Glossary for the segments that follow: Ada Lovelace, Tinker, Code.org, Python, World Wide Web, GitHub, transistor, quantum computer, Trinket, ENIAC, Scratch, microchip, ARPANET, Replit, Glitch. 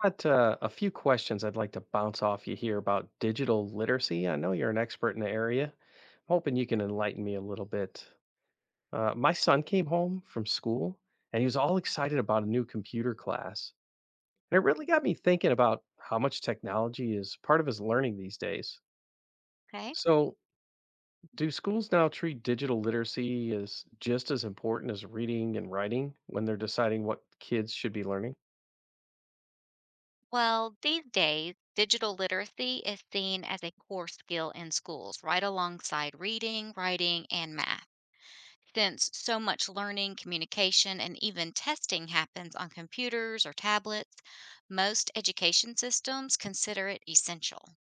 Got a few questions I'd like to bounce off you here about digital literacy. I know you're an expert in the area. I'm hoping you can enlighten me a little bit. My son came home from school and he was all excited about a new computer class. And it really got me thinking about how much technology is part of his learning these days. Okay. So, do schools now treat digital literacy as just as important as reading and writing when they're deciding what kids should be learning? Well, these days, digital literacy is seen as a core skill in schools, right alongside reading, writing, and math. Since so much learning, communication, and even testing happens on computers or tablets, most education systems consider it essential.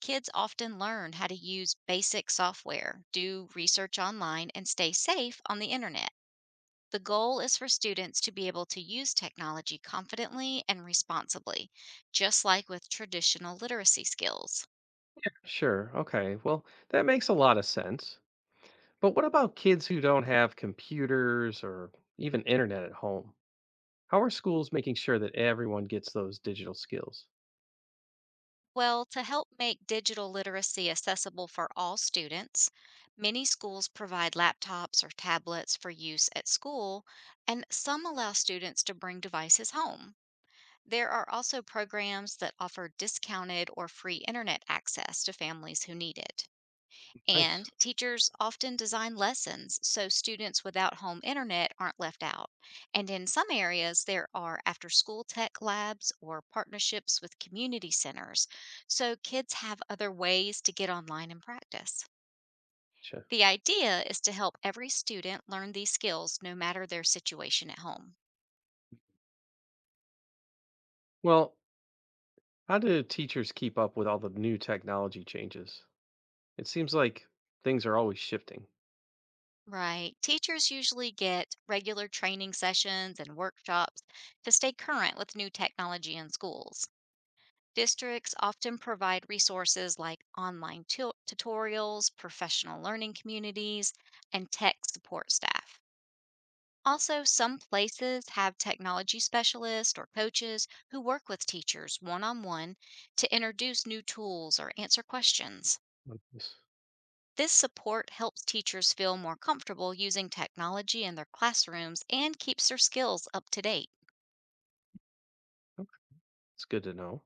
Kids often learn how to use basic software, do research online, and stay safe on the internet. The goal is for students to be able to use technology confidently and responsibly, just like with traditional literacy skills. Sure. Okay. Well, that makes a lot of sense. But what about kids who don't have computers or even internet at home? How are schools making sure that everyone gets those digital skills? Well, to help make digital literacy accessible for all students, many schools provide laptops or tablets for use at school, and some allow students to bring devices home. There are also programs that offer discounted or free internet access to families who need it. Nice. And teachers often design lessons so students without home internet aren't left out. And in some areas, there are after school tech labs or partnerships with community centers, so kids have other ways to get online and practice. Sure. The idea is to help every student learn these skills no matter their situation at home. Well, how do teachers keep up with all the new technology changes? It seems like things are always shifting. Right. Teachers usually get regular training sessions and workshops to stay current with new technology in schools. Districts often provide resources like online tutorials, professional learning communities, and tech support staff. Also, some places have technology specialists or coaches who work with teachers one on one to introduce new tools or answer questions. Like this. This support helps teachers feel more comfortable using technology in their classrooms and keeps their skills up to date. Okay, it's good to know.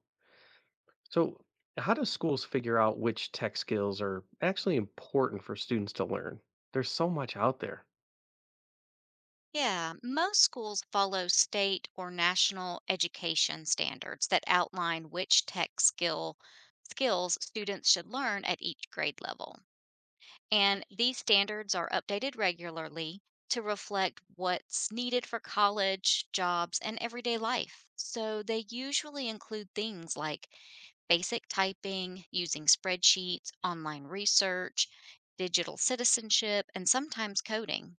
So, how do schools figure out which tech skills are actually important for students to learn? There's so much out there. Yeah, most schools follow state or national education standards that outline which tech skill skills students should learn at each grade level. And these standards are updated regularly to reflect what's needed for college, jobs, and everyday life. So they usually include things like basic typing, using spreadsheets, online research, digital citizenship, and sometimes coding.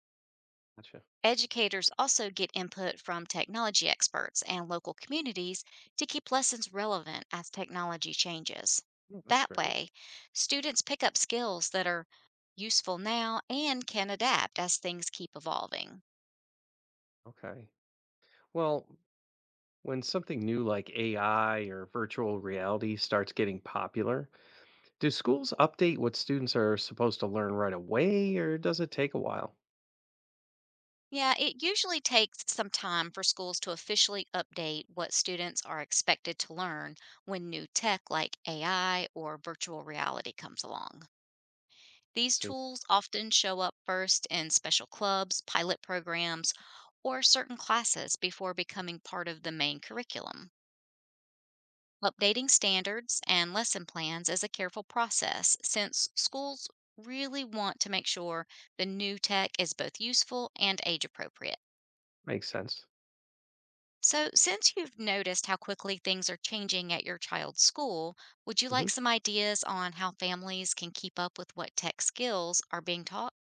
Gotcha. Educators also get input from technology experts and local communities to keep lessons relevant as technology changes. Oh, that's That great. way, students pick up skills that are useful now and can adapt as things keep evolving. Okay. Well, when something new like AI or virtual reality starts getting popular, do schools update what students are supposed to learn right away or does it take a while? Yeah, it usually takes some time for schools to officially update what students are expected to learn when new tech like AI or virtual reality comes along. These See, tools often show up first in special clubs, pilot programs, or certain classes before becoming part of the main curriculum. Updating standards and lesson plans is a careful process since schools really want to make sure the new tech is both useful and age appropriate. makes sense. So, since you've noticed how quickly things are changing at your child's school, would you hmm like some ideas on how families can keep up with what tech skills are being taught?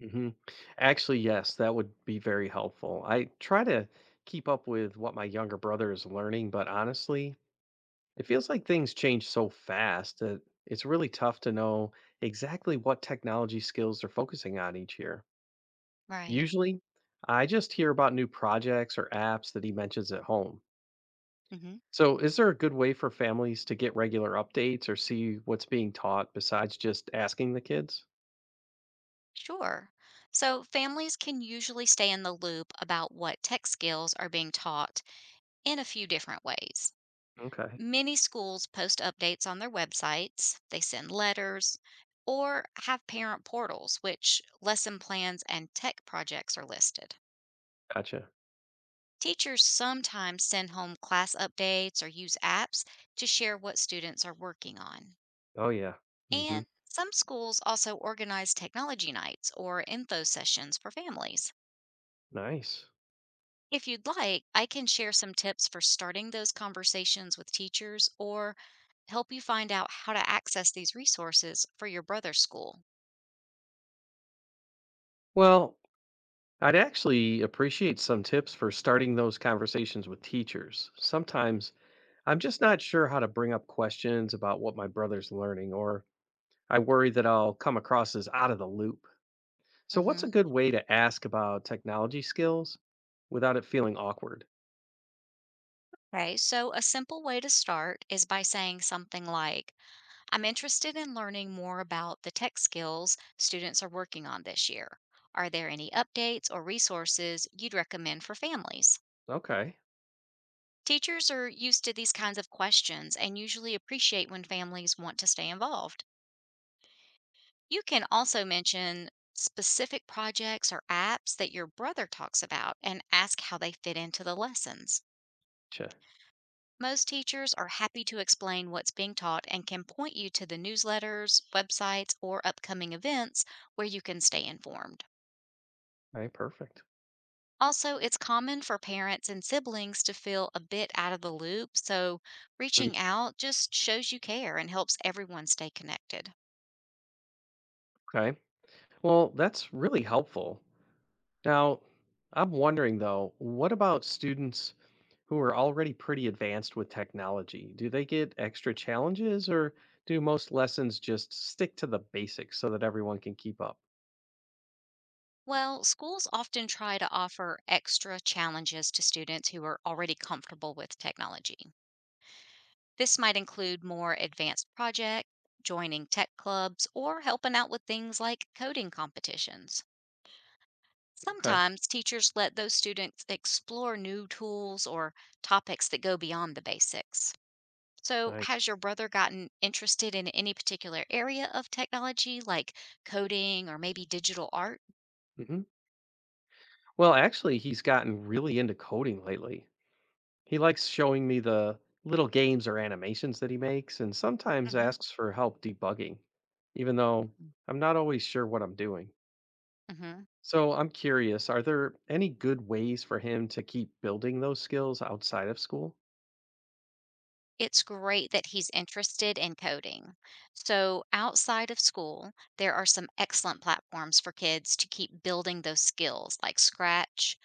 hmm. Actually, yes, that would be very helpful. I try to keep up with what my younger brother is learning, but honestly, it feels like things change so fast that it's really tough to know exactly what technology skills they're focusing on each year. Right. Usually, I just hear about new projects or apps that he mentions at home. Mhm. So, is there a good way for families to get regular updates or see what's being taught besides just asking the kids? Sure. So families can usually stay in the loop about what tech skills are being taught in a few different ways. Okay, Many schools post updates on their websites, they send letters, or have parent portals, which lesson plans and tech projects are listed. gotcha. Teachers sometimes send home class updates or use apps to share what students are working on. Oh, yeah. Hmm. And some schools also organize technology nights or info sessions for families. Nice. If you'd like, I can share some tips for starting those conversations with teachers or help you find out how to access these resources for your brother's school. Well, I'd actually appreciate some tips for starting those conversations with teachers. Sometimes I'm just not sure how to bring up questions about what my brother's learning, or I worry that I'll come across as out of the loop. So, what's a Hmm. good way to ask about technology skills without it feeling awkward? Okay, so a simple way to start is by saying something like, I'm interested in learning more about the tech skills students are working on this year. Are there any updates or resources you'd recommend for families? Okay. Teachers are used to these kinds of questions and usually appreciate when families want to stay involved. You can also mention specific projects or apps that your brother talks about and ask how they fit into the lessons. Gotcha. Most teachers are happy to explain what's being taught and can point you to the newsletters, websites, or upcoming events where you can stay informed. Okay, perfect. Also, it's common for parents and siblings to feel a bit out of the loop, so Mm. reaching out just shows you care and helps everyone stay connected. Okay. Well, that's really helpful. Now, I'm wondering though, what about students who are already pretty advanced with technology? Do they get extra challenges or do most lessons just stick to the basics so that everyone can keep up? Well, schools often try to offer extra challenges to students who are already comfortable with technology. This might include more advanced projects, joining tech clubs, or helping out with things like coding competitions. Okay. Sometimes teachers let those students explore new tools or topics that go beyond the basics. So, has Nice. your brother gotten interested in any particular area of technology, like coding or maybe digital art? Hmm. Well, actually, he's gotten really into coding lately. He likes showing me the little games or animations that he makes and sometimes Mhm. asks for help debugging, even though I'm not always sure what I'm doing. Mhm. So I'm curious, are there any good ways for him to keep building those skills outside of school? It's great that he's interested in coding. So, outside of school, there are some excellent platforms for kids to keep building those skills like Scratch,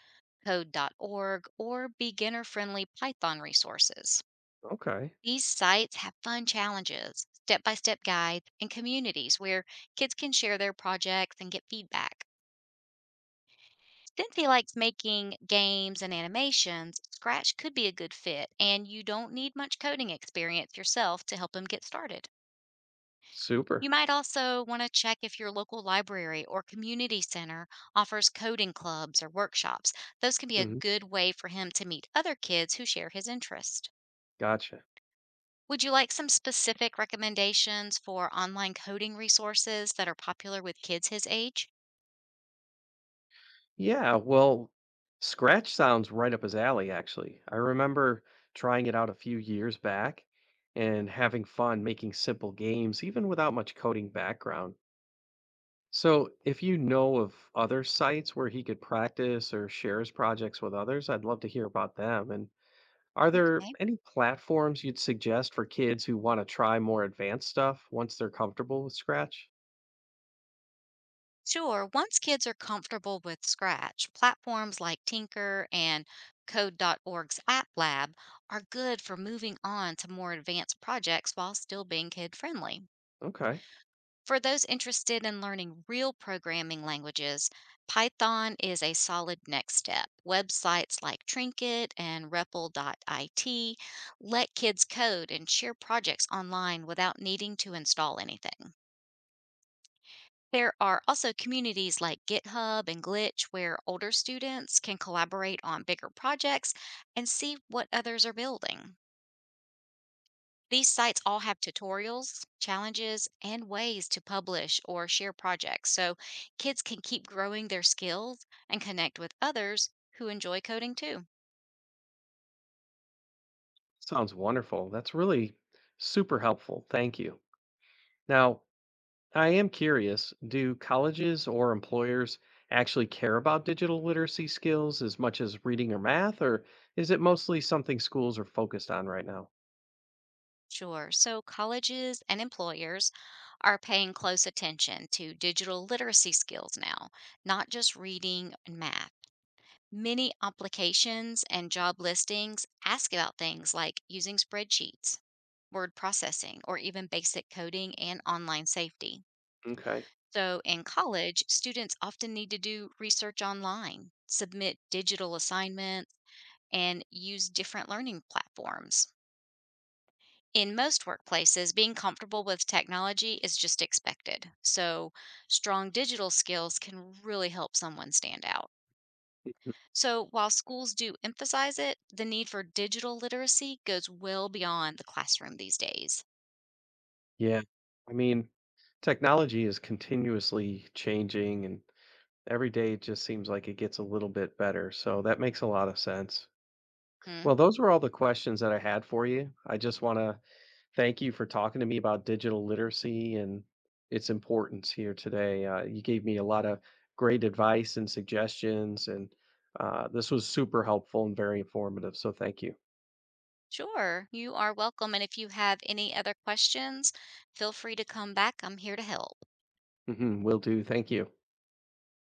code.org, or beginner friendly Python resources. Okay, These sites have fun challenges, step by step guides, and communities where kids can share their projects and get feedback. Since he likes making games and animations, Scratch could be a good fit, and you don't need much coding experience yourself to help him get started. You super. might also want to check if your local library or community center offers coding clubs or workshops. Those can be a Hmm. good way for him to meet other kids who share his interest. Gotcha. Would you like some specific recommendations for online coding resources that are popular with kids his age? Yeah, well, Scratch sounds right up his alley, actually. I remember trying it out a few years back and having fun making simple games, even without much coding background. So, if you know of other sites where he could practice or share his projects with others, I'd love to hear about them. And are there Okay. any platforms you'd suggest for kids who want to try more advanced stuff once they're comfortable with Scratch? Sure. Once kids are comfortable with Scratch, platforms like Tinker and Code.org's App Lab are good for moving on to more advanced projects while still being kid friendly. Okay, For those interested in learning real programming languages, Python is a solid next step. Websites like Trinket and REPL.IT let kids code and share projects online without needing to install anything. There are also communities like GitHub and Glitch where older students can collaborate on bigger projects and see what others are building. These sites all have tutorials, challenges, and ways to publish or share projects so kids can keep growing their skills and connect with others who enjoy coding too. sounds wonderful. That's really super helpful. Thank you. Now, I am curious, do colleges or employers actually care about digital literacy skills as much as reading or math, or is it mostly something schools are focused on right now? Sure. So colleges and employers are paying close attention to digital literacy skills now, not just reading and math. Many applications and job listings ask about things like using spreadsheets, word processing, or even basic coding and online safety. Okay. So, in college, students often need to do research online, submit digital assignments, and use different learning platforms. In most workplaces, being comfortable with technology is just expected. So, strong digital skills can really help someone stand out. So, while schools do emphasize it, the need for digital literacy goes well beyond the classroom these days. Yeah. I mean, technology is continuously changing and every day it just seems like it gets a little bit better. So that makes a lot of sense. Well, Hmm? those were all the questions that I had for you. I just want to thank you for talking to me about digital literacy and its importance here today. You gave me a lot of great advice and suggestions, and this was super helpful and very informative. So thank you. Sure, you are welcome. And if you have any other questions, feel free to come back. I'm here to help. Hmm, will do. Thank you.